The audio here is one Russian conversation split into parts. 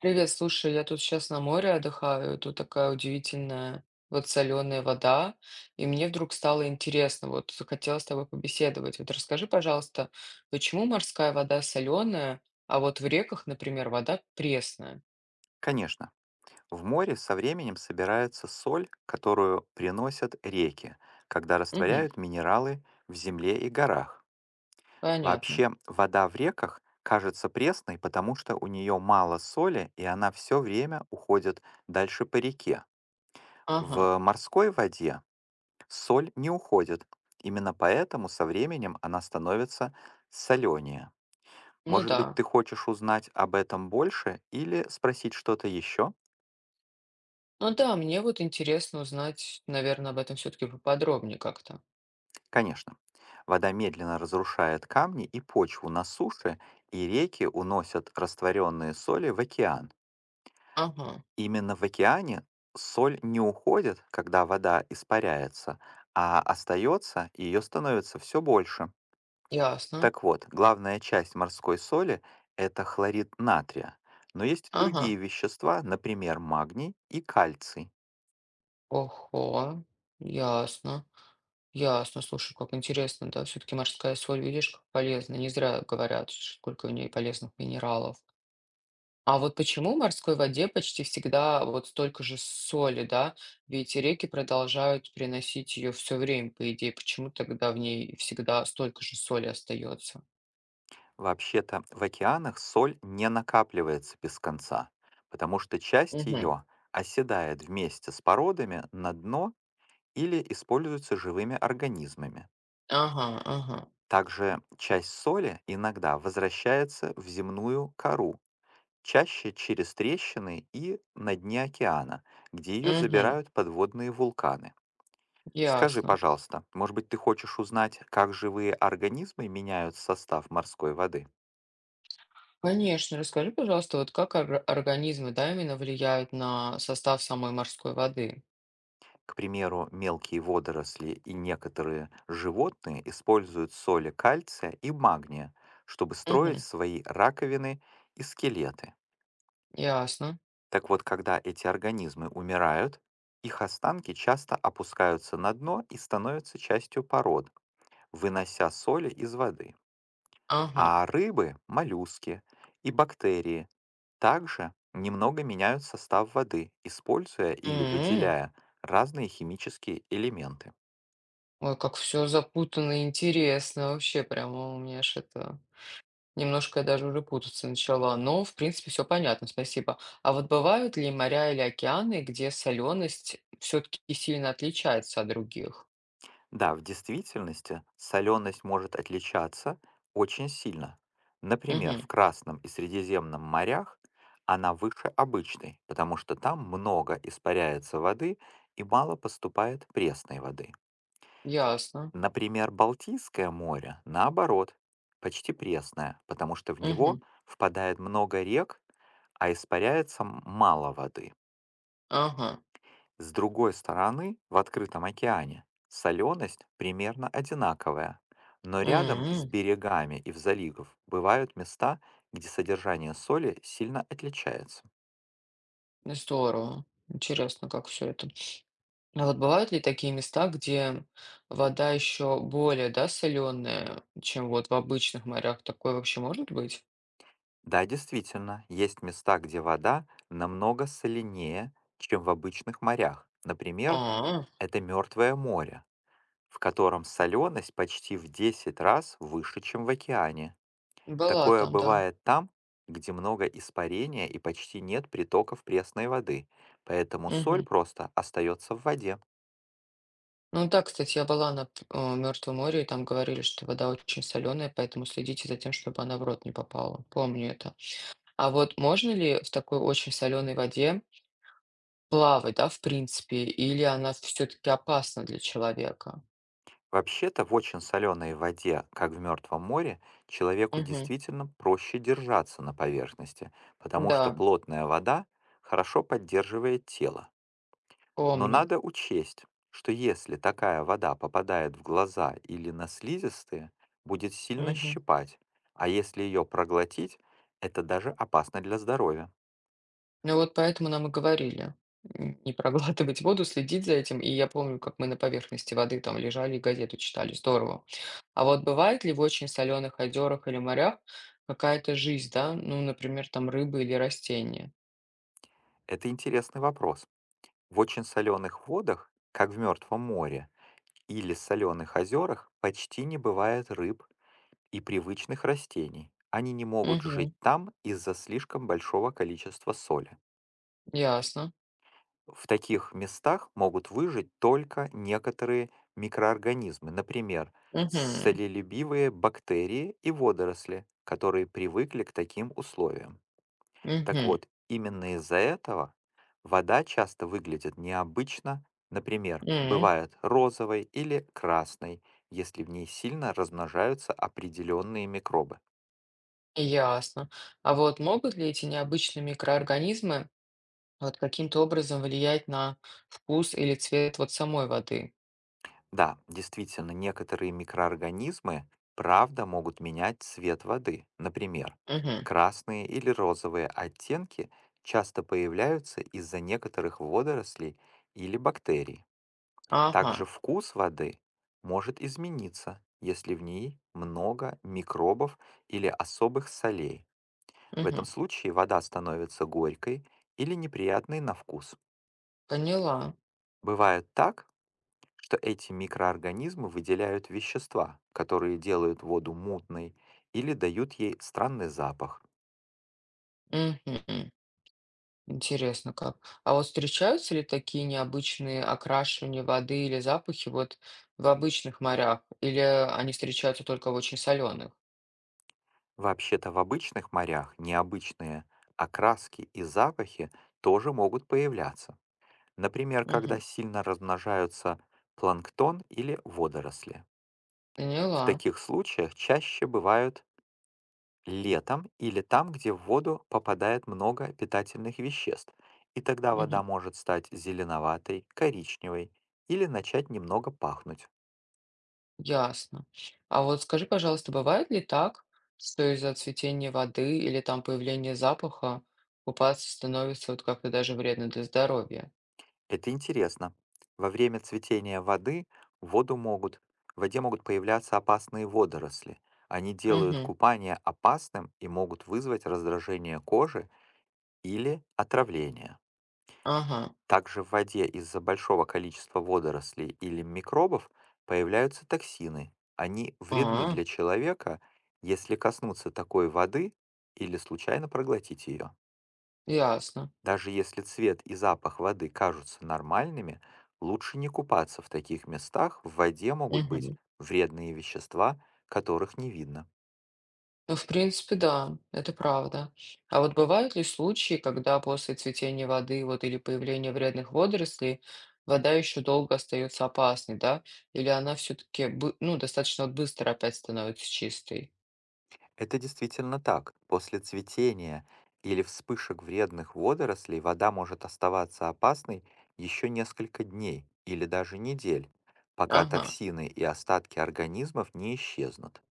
Привет, слушай, я тут сейчас на море отдыхаю, и тут такая удивительная вот соленая вода, и мне вдруг стало интересно, вот захотелось с тобой побеседовать. Вот расскажи, пожалуйста, почему морская вода соленая, а вот в реках, например, вода пресная? Конечно, в море со временем собирается соль, которую приносят реки, когда Угу, растворяют минералы в земле и горах. понятно. Вообще, вода в реках кажется пресной, потому что у нее мало соли, и она все время уходит дальше по реке. Ага, В морской воде соль не уходит. Именно поэтому со временем она становится соленее. ну Может да. быть, ты хочешь узнать об этом больше или спросить что-то еще? Ну да, мне вот интересно узнать, наверное, об этом все-таки поподробнее как-то. Конечно. Вода медленно разрушает камни и почву на суше, и реки уносят растворенные соли в океан. Ага, Именно в океане соль не уходит, когда вода испаряется, а остается, и ее становится все больше. ясно. Так вот, главная часть морской соли– это хлорид натрия. Но есть и Ага, другие вещества, например, магний и кальций. ого, ясно. Ясно, слушай, как интересно, да, все-таки морская соль, видишь, как полезна, не зря говорят, сколько в ней полезных минералов. А вот почему в морской воде почти всегда вот столько же соли, да? Ведь реки продолжают приносить ее все время, по идее, почему тогда в ней всегда столько же соли остается? Вообще-то в океанах соль не накапливается без конца, потому что часть Угу. ее оседает вместе с породами на дно или используется живыми организмами. Ага, ага. Также часть соли иногда возвращается в земную кору, чаще через трещины и на дне океана, где ее Угу. забирают подводные вулканы. Скажи, Ясно. пожалуйста, может быть, ты хочешь узнать, как живые организмы меняют состав морской воды? Конечно, расскажи, пожалуйста, вот как организмы, да, именно влияют на состав самой морской воды? К примеру, мелкие водоросли и некоторые животные используют соли кальция и магния, чтобы строить Угу. свои раковины и скелеты. Ясно. Так вот, когда эти организмы умирают, их останки часто опускаются на дно и становятся частью пород, вынося соли из воды. Ага. А рыбы, моллюски и бактерии также немного меняют состав воды, используя или М. выделяя разные химические элементы. Ой, как все запутанно и интересно. Вообще прямо у меня аж это немножко я даже уже путаться начала. Но, в принципе, все понятно, спасибо. А вот бывают ли моря или океаны, где соленость все-таки сильно отличается от других? Да, в действительности соленость может отличаться очень сильно. Например, Мгм. в Красном и Средиземном морях она выше обычной, потому что там много испаряется воды и мало поступает пресной воды. Ясно. Например, Балтийское море, наоборот, почти пресное, потому что в него Мгм. впадает много рек, а испаряется мало воды. Ага. С другой стороны, в открытом океане соленость примерно одинаковая, но рядом с М. берегами и в заливах бывают места, где содержание соли сильно отличается. Ну, здорово. Интересно, как все это. А вот бывают ли такие места, где вода еще более, да, соленая, чем вот в обычных морях? Такое вообще может быть? Да, действительно, есть места, где вода намного соленее, чем в обычных морях. Например, А. это Мертвое море, в котором соленость почти в 10 раз выше, чем в океане. Была Такое там, да. бывает там, где много испарения и почти нет притоков пресной воды, поэтому соль Мгм. просто остается в воде. Ну да, кстати, я была на Мертвом море, и там говорили, что вода очень соленая, поэтому следите за тем, чтобы она в рот не попала. Помню это. А вот можно ли в такой очень соленой воде плавать, да, в принципе, или она все-таки опасна для человека? Вообще-то в очень соленой воде, как в Мертвом море, человеку Мгм. действительно проще держаться на поверхности, потому что Да, плотная вода хорошо поддерживает тело. Но помню. надо учесть, что если такая вода попадает в глаза или на слизистые, будет сильно Мгм. щипать, а если ее проглотить, это даже опасно для здоровья. Ну вот поэтому нам и говорили, не проглатывать воду, следить за этим. И я помню, как мы на поверхности воды там лежали и газету читали. Здорово. А вот бывает ли в очень соленых озерах или морях какая-то жизнь, да? Ну, например, там рыбы или растения. Это интересный вопрос. В очень соленых водах, как в Мертвом море, или соленых озерах почти не бывает рыб и привычных растений. Они не могут Угу, жить там из-за слишком большого количества соли. ясно. В таких местах могут выжить только некоторые микроорганизмы, например, Угу, солелюбивые бактерии и водоросли, которые привыкли к таким условиям. Так угу, вот, именно из-за этого вода часто выглядит необычно, например, м, бывает розовой или красной, если в ней сильно размножаются определенные микробы. ясно. А вот могут ли эти необычные микроорганизмы вот каким-то образом влиять на вкус или цвет вот самой воды? Да, действительно, некоторые микроорганизмы правда могут менять цвет воды. Например, Угу, красные или розовые оттенки часто появляются из-за некоторых водорослей или бактерий. ага, Также вкус воды может измениться, если в ней много микробов или особых солей. В этом угу, случае вода становится горькой или неприятной на вкус. поняла. Бывает так, что эти микроорганизмы выделяют вещества, которые делают воду мутной или дают ей странный запах. Мгм. Интересно как. А вот встречаются ли такие необычные окрашивания воды или запахи вот в обычных морях? Или они встречаются только в очень соленых? Вообще-то в обычных морях необычные окраски и запахи тоже могут появляться. Например, Мгм. когда сильно размножаются планктон или водоросли. В Поняла. таких случаях чаще бывают летом или там, где в воду попадает много питательных веществ, и тогда вода Мгм. может стать зеленоватой, коричневой или начать немного пахнуть. Ясно. А вот скажи, пожалуйста, бывает ли так, что из-за цветения воды или там появления запаха купаться становится вот как-то даже вредно для здоровья? Это интересно. Во время цветения воды в воду могут, в воде могут появляться опасные водоросли. Они делают Мгм. купание опасным и могут вызвать раздражение кожи или отравление. Ага. Также в воде из-за большого количества водорослей или микробов появляются токсины. Они вредны А, для человека, если коснуться такой воды или случайно проглотить ее. ясно. Даже если цвет и запах воды кажутся нормальными, лучше не купаться в таких местах. В воде могут быть Мгм. вредные вещества, которых не видно. Ну, в принципе, да, это правда. А вот бывают ли случаи, когда после цветения воды вот, или появления вредных водорослей вода еще долго остается опасной, да? Или она все-таки, ну, достаточно вот быстро опять становится чистой? Это действительно так. После цветения или вспышек вредных водорослей вода может оставаться опасной еще несколько дней или даже недель, пока Ага, токсины и остатки организмов не исчезнут.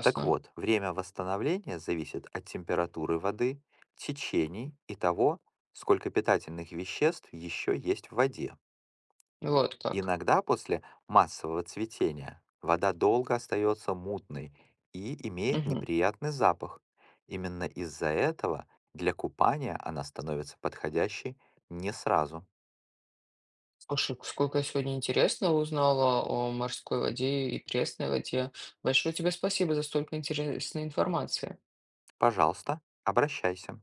Так вот, время восстановления зависит от температуры воды, течений и того, сколько питательных веществ еще есть в воде. Вот как. Иногда после массового цветения вода долго остается мутной и имеет Мгм. неприятный запах. Именно из-за этого для купания она становится подходящей не сразу. Слушай, сколько я сегодня интересного узнала о морской воде и пресной воде. Большое тебе спасибо за столько интересной информации. Пожалуйста, обращайся.